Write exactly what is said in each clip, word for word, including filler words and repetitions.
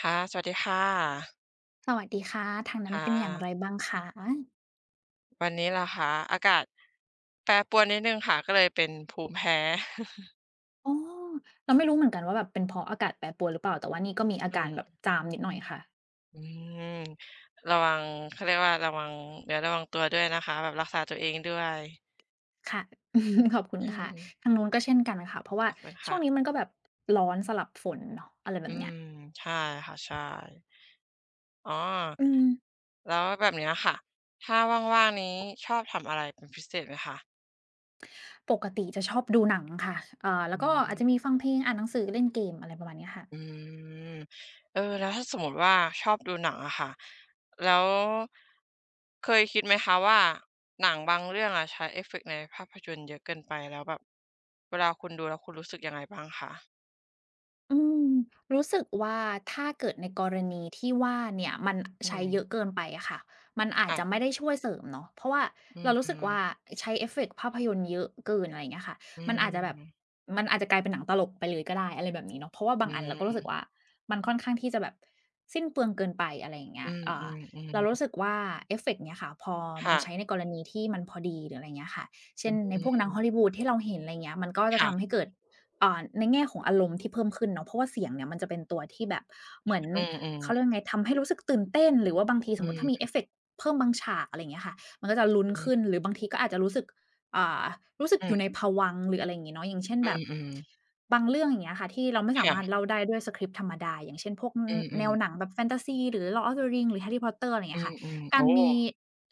ค่ะสวัสดีค่ะสวัสดีค่ะทางนั้นค่ะเป็นอย่างไรบ้างคะวันนี้เหรอคะอากาศแปรปรวนนิดหนึ่งค่ะก็เลยเป็นภูมิแพ้ อ๋อเราไม่รู้เหมือนกันว่าแบบเป็นเพราะอากาศแปรปรวนหรือเปล่าแต่ว่านี่ก็มีอาอืการแบบมจามนิดหน่อยค่ะ อืมระวังเขาเรียกว่าระวังเดี๋ยวระวังตัวด้วยนะคะแบบรักษาตัวเองด้วยค่ะ ขอบคุณอืมค่ะทางนู้นก็เช่นกันค่ะเพราะขว่าอบคุณช่ค่ะวงนี้มันก็แบบร้อนสลับฝนเนาะอะไรแบอืบเนี้มยใช่ค่ะใช่อ๋ออืมแล้วแบบเนี้ยค่ะถ้าว่างๆนี้ชอบทำอะไรเป็นพิเศษไหมคะปกติจะชอบดูหนังค่ะเอ่อแล้อืวก็อาจจะม มีฟังเพลงอ่านหนังสือเล่นเกมอะไรประมาณเนี้ยค่ะ อืมเออแล้วถ้าสมมติว่าชอบดูหนังอะค่ะแล้วเคยคิดไหมคะว่าหนังบางเรื่องอะใช้เอฟเฟกต์ในภาพยนตร์เยอะเกินไปแล้วแบบเวลาคุณดูแล้วคุณรู้สึกยังไงบ้างคะอืมรู้สึกว่าถ้าเกิดในกรณีที่ว่าเนี่ยมันอืใช้มเยอะเกินไปอะค่ะมันอาจจะไม่ค่ะได้ช่วยเสริมเนาะเพราะว่าอืมเราอืรู้สึกมว่าใช้เอฟเฟกต์ภาพยนตร์เยอะเกินอะไรอย่างเงี้ยค่ะอืมันอาจจะแบบมมันอาจจะกลายเป็นหนังตลกไปเลยก็ได้อะไรแบบนี้เนาะเพราะว่าอืบางอันเราก็รู้สึกมว่ามันค่อนข้างที่จะแบบสิ้นเปลืองเกินไปอะไรอย่างเงี้อืยมอือ่ามอืเรารู้มสึกว่าเอฟเฟกต์เนี่ยค่ะพอมันค่ะใช้ในกรณีที่มันพอดีหรืออะไรเงี้ยค่ะอืเช่นในพวกหนังฮอลมลีวูดที่เราเห็นอะไรเงี้ยมันก็จะทำให้ค่ะเกิด อ่าในแง่ของอารมณ์ที่เพิ่มขึ้นเนาะเพราะว่าเสียงเนี่ยมันจะเป็นตัวที่แบบเหมือนอืมอืมเขาเรียกว่าไงทำให้รู้สึกตื่นเต้นหรือว่าบางทีสอืมมุติถ้ามีเอมฟเฟกต์เพิ่มบางฉากอะไรอย่างเงี้ยค่ะมันก็จะลุ้นอืขึ้นมหรือบางทีก็อาจจะรู้สึกอ่ารู้สึกออืยู่ในภวังค์หรืออะไรอย่างงี้เนาะอย่างเช่นมแบบอืมบางเรื่องอย่างเงี้ยค่ะที่เราไม่สามารถค่ะเล่าได้ด้วยสคริปต์ธรรมดาอย่างเช่นพวกอือืมแนมวหนัๆงแบบแฟนตาซีหรือ Lord of the Rings หรือ Harry Potter อะไรอย่างอืเงี้ยค่ะมๆกาโอ้รมี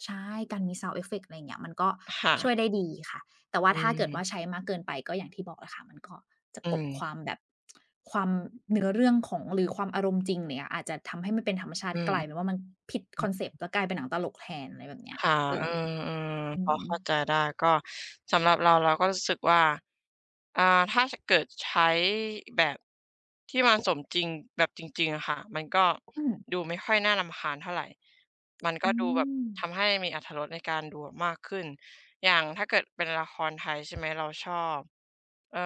ใช่การมี Sound effect อะไรอย่างเงี้ยมันก็ค่ะช่วยได้ดีค่ะแต่ว่าอืถ้าเกิดว่ามใช้มากเกินไปก็อย่างที่บอกแหละค่ะมันก็ จะอืกลบมความแบบความเนื้อเรื่องของหรือความอารมณ์จริงเนี่ยอาจจะทำให้มันเป็นธรรมชาอืติมกลายเป็นๆ ว่ามันผิดคอนเซปต์แล้วกลายเป็นหนังตลกแทนอะไรแบบเนี้ยค่ะเออือมอืๆพอมเข้าใจได้ก็สำหรับเราเราก็รู้สึกว่า อ่าถ้าชเกิดใช้แบบที่มันสมจริงแบบจริงๆอะค่ะมันก็อืมดูไม่ค่อยน่ารำคาญเท่าไรมันก็อืดูแบบมทำให้มีอรรถรสในการดูอะมากขึ้นอย่างถ้าเกิดเป็นละครไทยใช่ไหมเราชอบเอ่อ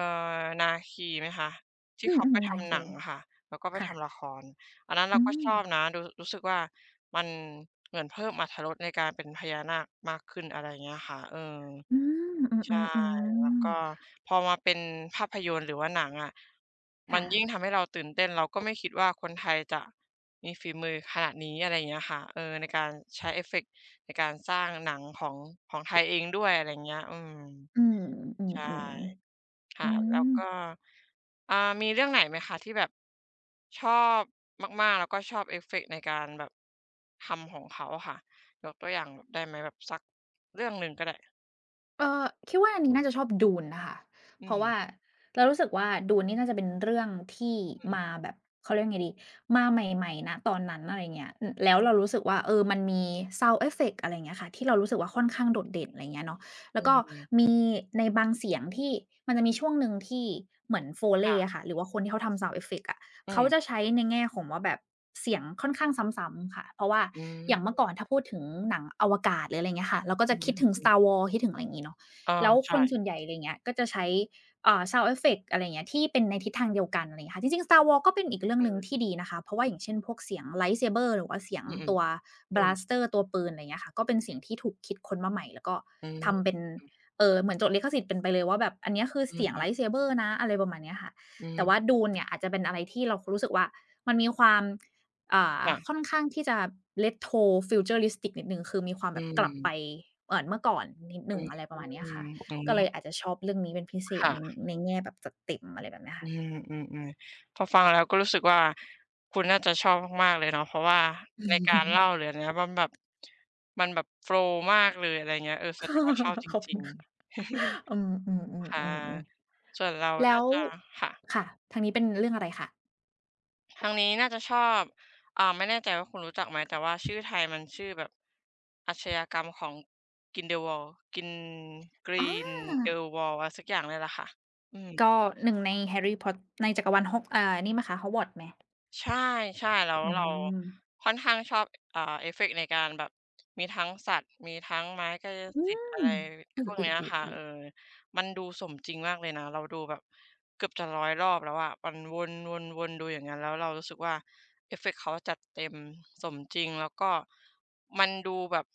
นาคีไหมคะที่อืเขาไปมๆนาทำหนัคีงอะค่ะแล้วก็ไปค่ะทำละครอันนั้นเราอืก็ชมอบนะรู้รู้สึกว่ามันเหมือนเพิ่มอรรถรสในการเป็นพญานาคมากขึ้นอะไรอย่างเงี้ยค่ะเออ อืมอืใช่อแล้วก็ๆๆพอมาเป็นภาพยนตร์หรือว่าหนังอะมันค่ะยิ่งทำให้เราตื่นเต้นเราก็ไม่คิดว่าคนไทยจะมีฝีมือขนาดนี้อะไรอย่างเงี้ยค่ะเออในการใช้เอฟเฟกต์ในการสร้างหนังของของไทยเองด้วยอะไรอย่างเงี้ยอืมอืมอืใชอ่ๆอืค่ะแล้วม ก็อ่ามีเรื่องไหนไหมคะที่แบบชอบมากๆแล้วก็ชอบเอฟเฟกต์ในการแบบทำของเขาอะค่ะยกตัวอย่างแบบได้ไหมแบบสักเรื่องหนึ่งก็ได้เออคิดว่าอันนี้น่าจะชอบ Dune นะคะอืเพมราะว่าเรารู้สึกว่า Dune นี่น่าจะเป็นเรื่องที่อืมาอแบบเขาเรียกไงดีมาใหม่ๆณตอนนั้นอะไรเงี้ยอือแล้วเรารู้สึกว่าเออมันมีซ o ว n d เอฟเฟกต์อะไรเงี้ยค่ะที่เรารู้สึกว่าค่อนข้างโดดเด่นอะไรเงี้ยเนาะอืแล้วก็มมีในบางเสียงที่มันจะมีช่วงหนึ่งที่เหมือน Foley ค่ะ อะค่ะหรือว่าคนที่เขาทำซวเอฟเฟกต์อะ อืเขามจะใช้ในแง่ของว่าแบบเสียงค่อนข้างซ้ำๆค่ะเพราะว่าอืมอย่างเมื่อก่อนถ้าพูดถึงหนังอวกาศหรืออะไรอย่างเงี้ยค่ะเราก็อืจะคิดถึง ม Star Wars คิดถึงอะไรอย่างงี้เนาะเออแล้วคใช่นส่วนใหญ่อะไรอย่างเงี้ยก็จะใช้อ่าซาวด์เอฟเฟกต์อะไรอย่างเงี้ยที่เป็นในทิศทางเดียวกันอะไรอย่างเงี้ยค่ะจริงๆ Star Wars ก็เป็นอีกเรื่องอืหนึ่งมที่ดีนะคะเพราะว่าอย่างเช่นพวกเสียง Lightsaber หรือว่าเสียงอือตัว ๆอืม blaster ตัวปืนอะไรอย่างเงี้ยค่ะก็เป็นเสียงที่ถูกคิดค้นมาใหม่แล้วก็อืมทำเป็นเอ่อเหมือนจดลิขสิทธิ์เป็นไปเลยว่าแบบอันเนี้ยคืออืเสียง ม Lightsaber นะอะไรประมาณเนี้ยค่ะ อืแต่ว่ามดูนเนี่ยอาจจะเป็นอะไรที่เรารู้สึกว่ามันมีความอ่าค่ค่ะอนข้างที่จะ Retro Futuristic นิดหนึ่งคือมีความอืแบบกลับไปมเหมือนเมื่อก่อนนิดหอืนึ่งมอะไรประมาณเนี้อืยค่ะก็มเลยอาจจะชอบเรื่องนี้เป็นพิเศษในค่ะในแง่แบบจัดเต็มอะไรแบบเนี้ยอืค่ะ มอืมๆพอฟังแล้วก็รู้สึกว่าคุณน่าจะชอบมากๆเลยเนาะเพราะว่าในการเล่า หรืออะไรเงี้ยมันแบบมันแบบโฟลว์มากเลยอะไรเงี้ยเออแสดงว่าชอบจขอบริคุงณค่ะๆ อื ค่ะมๆๆๆส่วนเราๆแล้น่าวจะค่ะ ค่ะทางนี้เป็นเรื่องอะไรคะทางนี้น่าจะชอบอ่าไม่แน่ใจว่าคุณรู้จักไหมแต่ว่าชื่อไทยมันชื่อแบบอาชญากรรมของ Grindelwald Grin อา Grindelwald อะไรสักอย่างเนี่ยแหละค่ะอืม ก็หนึ่งใน Harry p o t ในจักรวาลฮอกอ่านี่ไหมคะ Hogwarts ไหมใช่ๆแล้วอืเรามค่อนข้างชอบอ่าเอฟเฟกต์ในการแบบมีทั้งสัตว์มีทั้งไม้กายอืสิทธิ์มอะไรเอพวกเนี้ยอค่ะเอๆอๆๆ มันดูสมจริงมากเลยนะเราดูแบบเกือบจะร้อยรอบแล้วอะมันวนๆๆดูอย่างงั้นแล้วเรารู้สึกว่าเอฟเฟกต์เขาจัดเต็มสมจริงแล้วก็มันดูแบบ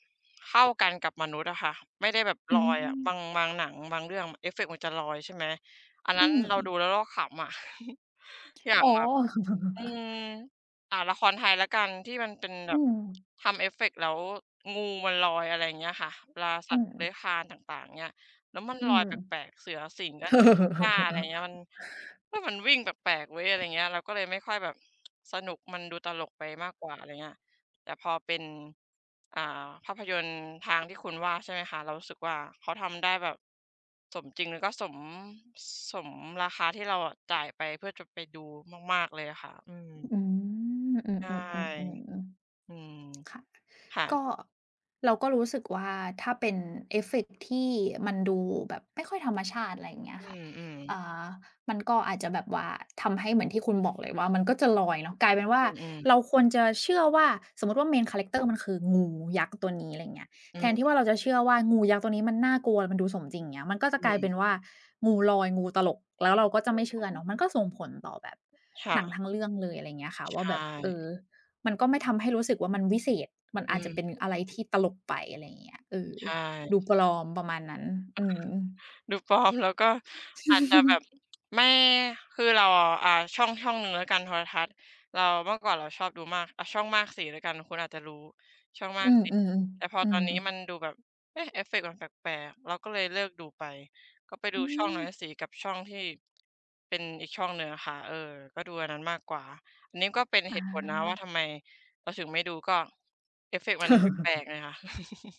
เข้ากันกับมนุษย์อะค่ะไม่ได้แบบอืลอยอะบางมบางหนังบางเรื่องเอฟเฟกต์มันจะลอยใช่ไหมอันอืนั้นมเราดูแล้วเราขำอะ อย่างอ๋อแบบ อืมอ่าละครไทยแล้วกันที่มันเป็นแบอืบมทำเอฟเฟกต์แล้วงูมันลอยอะไรอย่างเงี้ยค่ะเวลาสัอืตมว์เลื้อยคลานต่างๆเงี้ยแล้วมันอืลอยมแปลกๆเสือสิงกับชิง้าอะไรเงี้ยมันเฮ้ยมันวิ่งแปลกๆเว้ยอะไรเงี้ยเราก็เลยไม่ค่อยแบบสนุกมันดูตลกไปมากกว่าอะไรเงี้ย แต่พอเป็นอ่าภาพยนตร์ทางที่คุณว่าใช่ไหมคะเรารู้สึกว่าเขาทำได้แบบสมจริงแล้วก็สมสมราคาที่เราอะจ่ายไปเพื่อจะไปดูมากๆเลยอะค่ะอืมอืมอืมใช่อืมๆๆๆ อืมค่ะค่ะก็เราก็รู้สึกว่าถ้าเป็นเอฟเฟกต์ที่มันดูแบบไม่ค่อยธรรมชาติอะไรอย่างเงี้ยอืค่ะมอ่ามันก็อาจจะแบบว่าทำให้เหมือนที่คุณบอกเลยว่ามันก็จะลอยเนาะกลายเป็นว่าๆอือเราควรจะเชื่อว่าสมมุติว่า Main Character มันคืองูยักษ์ตัวนี้อะไรอย่างเงี้ยๆอืแทนที่มว่าเราจะเชื่อว่างูยักษ์ตัวนี้มันน่ากลัวมันดูสมจริงอย่างเงี้ยมันก็จะกๆลายเป็นว่างูลอยงูตลกแล้วเราก็จะไม่เชื่ออืเนาะมันมก็ส่งผลต่อแบบหนังค่ะทั้งเรื่องเลยอะไรอย่างเงี้ยค่ะใชว่าแบบเออ ่มันก็ไม่ทำให้รู้สึกว่ามันวิเศษ มันอือาจจะเป็นมอะไรที่ตลกไปอะไรอย่างเงี้ยเออใชดู่ ปลอมประมาณนั้นอืม ดูปลอมแล้วก็อาจจะแบบ ไม่คือเราอะอ่าช่องช่องหนึ่งแล้วกันโทรทัศน์เราเมื่อก่อนเราชอบดูมากเอาช่องมากสีแล้วกันคุณอาจจะรู้ช่องมาอืกมสีๆแต่พอๆอืตอนมนี้มันดูแบบเอ๊ะเอฟเฟกต์มันแปลกๆเราก็เลยเลิกดูไปก็ไปดูอืช่องมน้อยสีกับช่องที่เป็นอีกช่องหนึ่งอะค่ะเออก็ดูอันนั้นมากกว่าอันนี้ก็เป็นเหตุผลอา นะว่าทำไมเราถึงไม่ดูก็เอฟเฟกต์มันแปลกๆไงคะ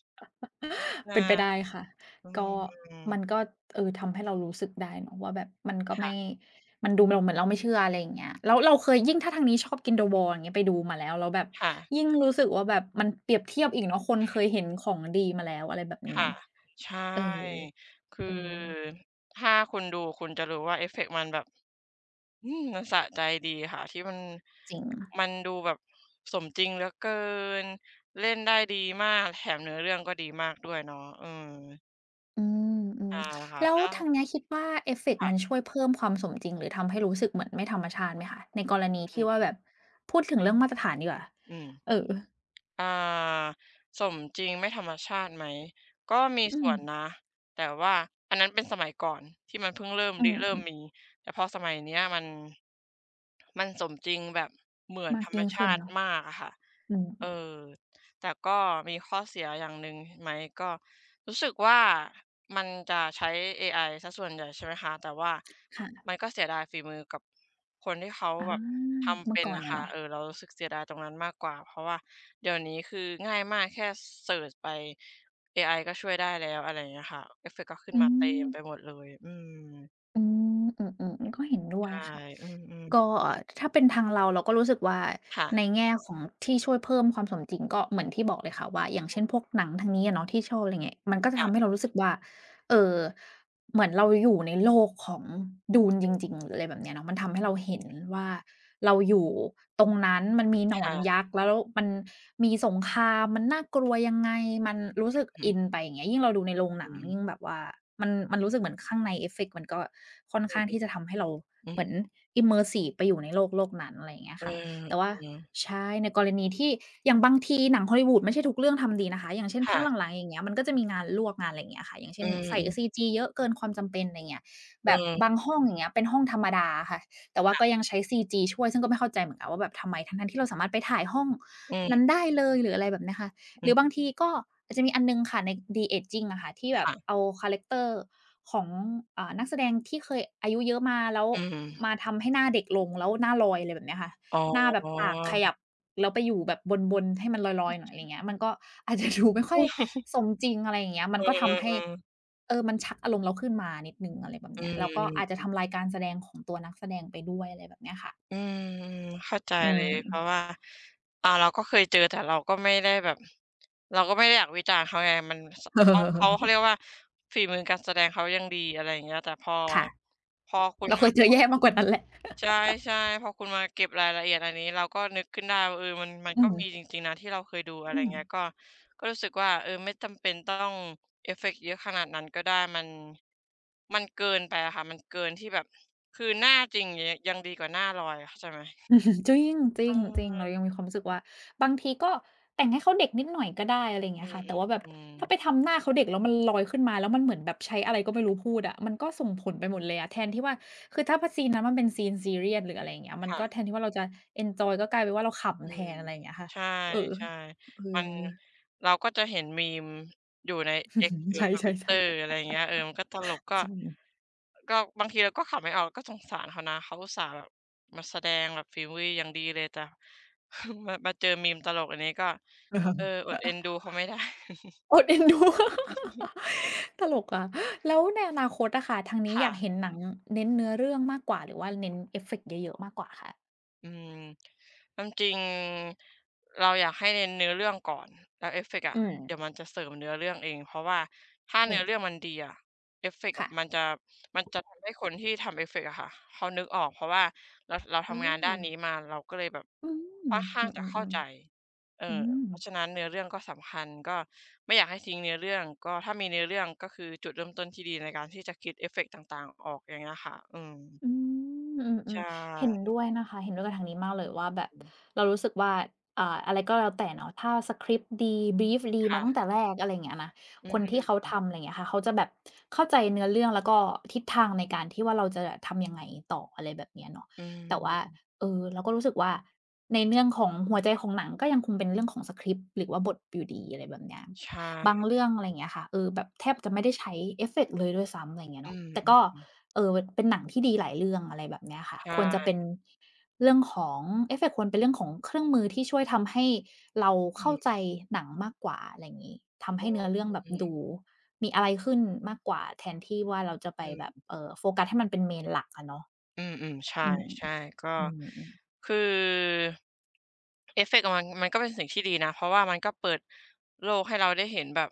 เป็นไปได้ใช่ค่ะ อืก็มมันก็เออทำให้เรารู้สึกได้เนาะว่าแบบมันก็ไม่ ค่ะมันดูเราเหมือนเราไม่เชื่ออะไรอย่างเงี้ยแล้วเราเคยยิ่งถ้าทางนี้ชอบกิน The Wall อย่างเงี้ยไปดูมาแล้วแล้วแบบค่ะ ยิ่งรู้สึกว่าแบบมันเปรียบเทียบอีกเนาะคนเคยเห็นของดีมาแล้วอะไรแบบนี้ค่ะใชเออ่คืเอออถ้าคุณดูคุณจะรู้ว่าเอฟเฟกต์มันแบบอืมมันสะใจดีค่ะที่มันจริง มันดูแบบสมจริงเหลือเกินเล่นได้ดีมากแถมเนื้อเรื่องก็ดีมากด้วยเนาะเอออืมอืมใช่ค่ะแล้วแล้ทางเนี้ยคิดว่าเอวฟเฟกต์มันค่ะช่วยเพิ่มความสมจริงหรือทำให้รู้สึกเหมือนไม่ธรรมชาติไหมคะในกรณีที่ว่าอือแบบพูดถึงเรื่องมาตรฐานดีกว่าอืม เอออ่าสมจริงไม่ธรรมชาติไหมก็มีอืส่มวนนะแต่ว่าอันนั้นเป็นสมัยก่อนที่มันเพิ่งเริ่มอืริเริ่มมีมแต่พอสมัยเนี้ยมันมันสมจริงแบบเหมือๆนมากธรรมยิ่งขึ้ชานติเนาะมากอะค่ะอืมเออ แต่ก็มีข้อเสียอย่างหนึ่งไหมก็รู้สึกว่ามันจะใช้เอไอเสียส่วนใหญ่ใช่ไหมคะแต่ว่าค่ะมันก็เสียดายฝีมือกับคนที่เขาอาแบบทำเมื่อเป็นก่อนอะอะค่ะเนาะเออเรารู้สึกเสียดายตรงนั้นมากกว่าเพราะว่าเดี๋ยวนี้คือง่ายมากแค่เซิร์ชไปเอไอก็ช่วยได้แล้วอะไรอย่างเงี้ยค่ะเอฟเฟกต์ก็ขึ้นอืมาเต็มมไปหมดเลยอืมอืมอือๆก็เห็นด้วยใช่ค่ะอืมก็ถ้าเป็นทางเราเราก็รู้สึกว่าๆค่ะในแง่ของที่ช่วยเพิ่มความสมจริงก็เหมือนที่บอกเลยค่ะว่าอย่างอืเช่นพมวกหนังทางนี้อะเนาะที่ชอบอะไรเงี้ยมันก็จะทำให้เราค่ะรู้สึกว่าเอ่อ เหมือนเราอยู่ในโลกของดูนจริงๆหรืออะไรแบบเนี้ยเนาะมันทำให้เราเห็นว่าเราอยู่ตรงนั้นมันมีหนอนยักษ์แล้วมันมีสงครามมันน่ากลัวยังไงมันรู้สึกๆอืออินไปอย่างเงี้ยยิ่งเราดูในโรงหอืนังมยิ่งแบบว่ามันมันรู้สึกเหมือนข้างในเอฟเฟกต์มันก็ค่อนข้างที่อือจะทำให้เราอืเหมือน ม immersive ไปอยู่ในโลกโลกนั้นอะไรอย่างเงี้ยเออค่ะ แต่ว่าอือใช่ในกรณีที่อย่างบางทีหนังฮอลลีวูดไม่ใช่ทุกเรื่องทำดีนะคะอย่างเช่นพักค่ะหลังๆอย่างเงี้ยมันก็จะมีงานลวกงานอะไรอย่างเงี้ยค่ะอย่างเช่อืนใส่มซีจีเยอะเกินความจำเป็นอะไรเงี้ยๆแบบเอบางอห้องอย่างเงี้ยเป็นห้องธรรมดาค่ะแต่ว่าก็ยังใช้ซีจ g ช่วยซึ่งก็ไม่เข้าใจเหมือนกันว่าแบบทำไมทั้งๆที่เราสามารถไปถ่ายห้องอืนั้นม ได้เลยหรืออะไรแบบเนี้ยค่ะหอืรือบามงทีก็อาจจะมีอันหนึ่งค่ะใน de-aging อะค่ะที่แบบค่ะเอาคาแรกเตอร์ของอ่านักแสดงที่เคยอายุเยอะมาแล้วอืมมาทำให้หน้าเด็กลงแล้วหน้าลอยอะไรแบบเนี้ยค่ะ อ๋อหน้าแบบปากขยับแล้วไปอยู่แบบบนๆให้มันลอยๆหน่อยอะไรเงี้ยมันก็ อาจจะดูไม่ค่อยสมจริงอะไรอย่างเงี้ยมัเอนก็ทำให้อๆๆเออมันชักอารมณ์เราขึ้นมานิดหนึ่งอะไรแบบอเนี้ยแล้วก็อาจจะืมทำลายการแสดงของตัวนักแสดงไปด้วยอะไรแบบเนี้ยค่ะอืมเข้าใจอืเลม ยเพราะว่าอ่า เราก็เคยเจอแต่เราก็ไม่ได้แบบ เราก็ไม่ได้อยากวิจารณ์เขาไงมันสเขาเขาเขาเรียก ว่าฝีมือการแสดงเขายังดีอะไรอย่างเงี้ยแต่พอค่ะพอคุณเราเคมายเจพูอด แย่มากกว่านั้นแหละใช่ๆพอคุณมาเก็บรายละเอียดอันนี้เราก็นึกขึ้นได้ว่าเออมันมันอืก็มีจมริงๆนะที่เราเคยดูอะไรอืม เงี้ยก็ก็รู้สึกว่าเออไม่จำเป็นต้องเอฟเฟกต์เยอะขนาดนั้นก็ได้มันมันเกินไปอะค่ะมันเกินที่แบบคือหน้าจริงอย่างเงี้ยยังดีกว่าหน้าลอยเข้าใจไหม จริงจเริงจริงออเรายังมีความรู้สึกว่าบางทีก็แต่งให้เขาเด็กนิดหน่อยก็ได้อะไรอย่างเงี้อืยอค่ะแต่ว่าแบบๆอืมถ้าไปทำหน้าเขาเด็กแล้วมันลอยขึ้นมาแล้วมันเหมือนแบบใช้อะไรก็ไม่รู้พูดอะมันก็ส่งผลไปหมดเลยอะแทนที่ว่าคือถ้าพซีนนั้นมันเป็นซีนซีเรียสหรืออะไรอย่างเงี้ยมันค่ะ ก็แทนที่ว่าเราจะเอนจอยก็กลายเป็นว่าเราอืขำแทมนอะไรอย่างเงี้ยค่ะใชเออ่เอๆมัอ นเราก็จะเห็น meme อยู่ใน เอ็กซ์ ห รือ ใช่ ทวิตเตอร์ อะๆไรอย่างเงี้ยเออมันก็ตลกก็ๆจริง ก็บางทีเราก็ขำไม่ออกก็สงสารเขานะเขาอุตส่าห์แบบมาแสดงแบบฝีมืออย่างดีเลยแต่ มามาเจอ มีม ตลกอันนี้ก็เอออดเอ็น ดูเขาไม่ได้ อดเอ็นดู ตลกอะแล้วในอนาคตอะค่ะทางนี้อค่ะ ยากเห็นหนังเน้นเนื้อเรื่องมากกว่าหรือว่าเน้นเอฟเฟกต์เยอะๆมากกว่าคะอืมความจริงเราอยากให้เน้นเนื้อเรื่องก่อนแล้วเอฟเฟกต์อะอืมเดี๋ยวมันจะเสริมเนื้อเรื่องเองเพราะว่าถ้าเนื้อเรื่อเอองมันดีอะเอฟเฟกต์อะมันค่ะจะมันจะทำให้คนที่ทำเอฟเฟกต์อะค่ะเขานึกออกเพราะว่าเราเราเอทำงานด้านอนี้มาเราก็เลยแบบอืค่มอนข้าอืงอจะเข้าใจๆเออๆอืม เพราะฉะนั้นเนื้อเรื่องก็สำคัญก็ไม่อยากให้ทิ้งเนื้อเรื่องก็ถ้ามีเนื้อเรื่องก็คือจุดเริ่มต้นที่ดีในการที่จะคิดเอฟเฟกต์ต่างๆออกอย่างเงี้ยค่ะอืมอืมอืใชมๆเห็น่ด้วยนะคะเห็นด้วยกับทางนี้มากเลยว่าแบบเรารู้สึกว่าอ่าอะไรก็แล้วแต่เนาะถ้าสคริปต์ดีบีฟดีมาตั้งค่ะแต่แรกอะไรอย่างเงี้ยนะอืคนม ที่เขาทำอะไรอย่างเงี้ยค่ะเขาจะแบบเข้าใจเนื้อเรื่องแล้วก็ทิศทางในการที่ว่าเราจะทำยังไงต่ออะไรแบบเนี้ยเนาะอืแต่ว่ามเออเราก็รู้สึกว่าในเรื่องของหัวใจของหนังก็ยังคงเป็นเรื่องของสคริปต์หรือว่าบทอยู่ดีอะไรแบบเนี้ยใชบาง่เรื่องอะไรอย่างเงี้ยค่ะเออแบบแทบจะไม่ได้ใช้เอฟเฟกต์เลยด้วยซ้ำอะไรอย่างเงี้ยอืเนาะมแต่ก็ เออเป็นหนังที่ดีหลายเรื่องอะไรแบบเนี้ยๆค่ะควรจะใช่เป็นเรื่องของเอฟเฟกต์ควรเป็นเรื่องของเครื่องมือที่ช่วยทำให้เราอืเข้ามใจหนังมากกว่าอะไรอย่างงี้ทำให้เนื้อเรื่องแบบดูมีอะไรขึ้นมากกว่าแทนที่ว่าเราจะๆไปอืแบบมเอ่อโฟกัสให้มันเป็น Main หลักอะเนาะอืมๆใช่อืมใช่ก็อืมๆคือเอฟเฟกต์อะมันมันก็เป็นสิ่งที่ดีนะเพราะว่ามันก็เปิดโลกให้เราได้เห็นแบบ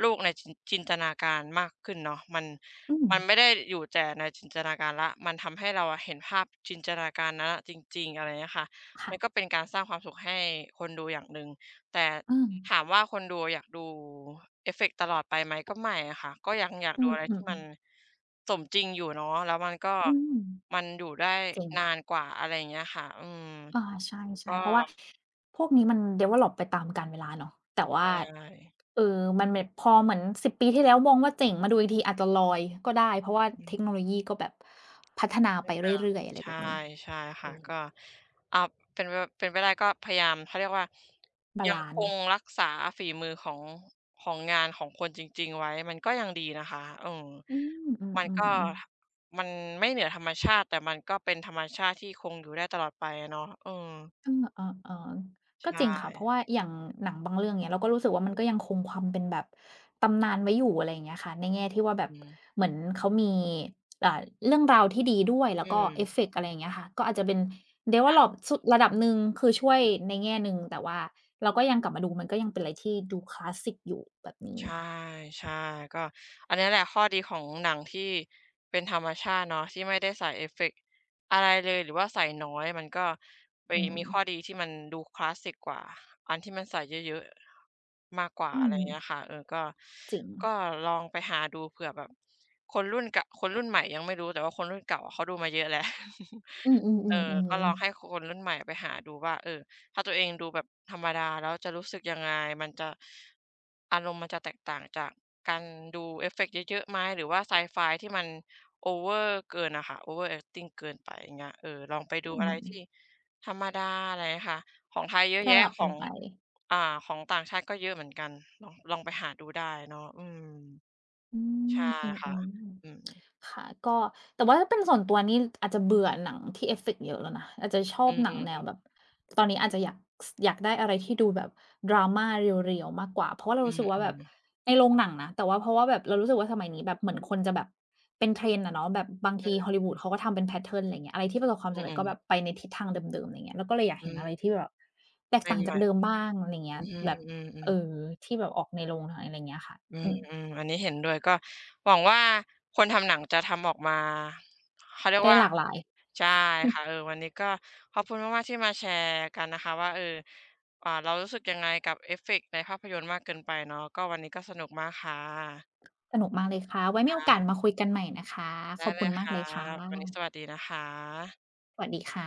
โลกในจินจินตนาการมากขึ้นเนาะมันอืมมันไม่ได้อยู่แต่ในจินตนาการแล้วมันทำให้เราอะเห็นภาพจินตนาการนั้นอะจริงๆอะไรเงี้ยค่ะมันก็ค่ะเป็นการสร้างความสุขให้คนดูอย่างหนึ่ง แต่เออถามว่าคนดูอยากดูเอฟเฟกต์ตลอดไปไหมก็ไม่อะค่ะก็ยังอยากอืดูอะไรที่มมันๆสมจริงอยู่เนาะแล้วมันก็ๆอืมมันอยู่ได้จริงนาค่ะ นกว่าอะไรอย่างเงี้ยค่ะอืมอาใช่ก็ๆเพราะว่าพวกนี้มัน develop ไปตามกาลเวลาเนาะแต่ว่าใชเอ่อมันแบบพอเหมือนสิบปีที่แล้วมองว่าเจ๋งมาดูอีกทีอาจจะลอยก็ได้เพราะว่าเทค่ โนโลยีก็แบบพัฒนาไปเรื่อยๆอะไรแบใช่บนี้ใช่เอค่ะอก็อ่าเป็นไปเป็นไปได้ก็พยายามเขาเรียกว่าบายังลัคนซ์ไหมงรักษาฝีมือของของงานของคนจริงๆไว้มันก็ยังดีนะคะเอออืมอืมันมก็ๆ มันไม่เหนือธรรมชาติแต่มันก็เป็นธรรมชาติที่คงอยู่ได้ตลอดไปอะเนาะเออเออๆๆก็จใช่ริงค่ะเพราะว่าอย่างหนังบางเรื่องเงี้ยเราก็รู้สึกว่ามันก็ยังคงความเป็นแบบตำนานไว้อยู่อะไรอย่างเงี้ยค่ะในแง่ที่ว่าแบบอืมเหมือนเขามีอ่าเรื่องราวที่ดีด้วยแล้อืวก็เอฟม เฟกต์อะไรอย่างเงี้ยค่ะก็อาจจะเป็น develop สุดระดับหนึ่งคือช่วยในแง่หนึ่งแต่ว่าเราก็ยังกลับมาดูมันก็ยังเป็นอะไรที่ดูคลาสสิกอยู่แบบนี้ใช่ใช่ก็อันนี้แหละข้อดีของหนังที่เป็นธรรมชาติเนาะที่ไม่ได้ใส่เอฟเฟกต์อะไรเลยหรือว่าใส่น้อยมันก็ไปอืมีมข้อดีที่มันดูคลาสสิกกว่าอันที่มันใส่เยอะๆมากกว่าอือะไรอมย่างเงี้ยค่ะเออก็จริงก็ลองไปหาดูเผื่อแบบคนรุ่นเก่าคนรุ่นใหม่ยังไม่รู้แต่ว่าคนรุ่นเก่าอะเขาดูมาเยอะแล้ว อื เออก็อลๆอๆงให้ๆคนรุ่นใหม่ไปหาดูว่าเออ ถ้าตัวเองดูแบบธรรมดาแล้วจะรู้สึกยังไงมันจะอารมณ์มันจะแตกต่างจากการดูเอฟเฟกต์เยอะๆไหมหรือว่าไซไฟที่มันโอเวอร์เกินน่ะค่ะโอเวอร์แอกติงเกินไปอย่างเงี้ยเออลองไปดูอือะไรมที่ธรรมดาอะไรเงี้ยค่ะของไทยเยอะสแยะลับขกัอนงไป อ่าของต่างชาติก็เยอะเหมือนกันลองลองไปหาดูได้เนาะอืมอืมใช่อค่ะืมอืมๆค่ะก็แต่ว่าถ้าเป็นส่วนตัวนี่อาจจะเบื่อหนังที่เอฟเฟกต์เยอะแล้วนะอาจจะชออืบหนังแนอวแบบตอนนี้อาจจะอยากสอยากได้อะไรที่ดูแบบ drama เรียวๆมากกว่าเพราะว่าๆเราอืรู้สึกว่าแบมบๆในโรงหนังนะแต่ว่าเพราะว่าแบบเรารู้สึกว่าสมัยนี้แบบเหมือนคนจะแบบเป็น trend อะเนาะแบบบางที Hollywood เขาก็ทำเป็นแพตเทิร์นอะไรอย่างเงี้ยอะไรที่ประสบความสำเร็อืจอก็แบบไปๆในทิศทางเดิมๆอะไรอย่างเงี้ยเราก็เลยอยากอืเห็นอะไรมที่แบบแตๆกอืมต่างจาไม่กเดิมบ้างอะไรอย่างๆเงี้อืยแบบมเอๆๆ อที่แบบออกในโรงหนังอะไรอย่างเงี้ยค่ะอืมอืมอืมอันนี้เห็นด้วยก็หวังว่าคนทำหนังจะทำออกมาเขาเรียกได้ว่าหลากหลาย ใช่ค่ะเออวันนี้ก็ขอบคุณมากๆที่มาแชร์กันนะคะว่าเอออ่าเรารู้สึกยังไงกับเอฟเฟกต์ในภาพยนตร์มากเกินไปเนาะก็วันนี้ก็สนุกมากค่ะสนุกมากเลยค่ะ ไว้มีโอกาสมาคุยกันใหม่นะคะ ขได้อบเลคุยณคมากรัเลยค่บวันนี้สะ วัสดีนะคะสวัสดีค่ะ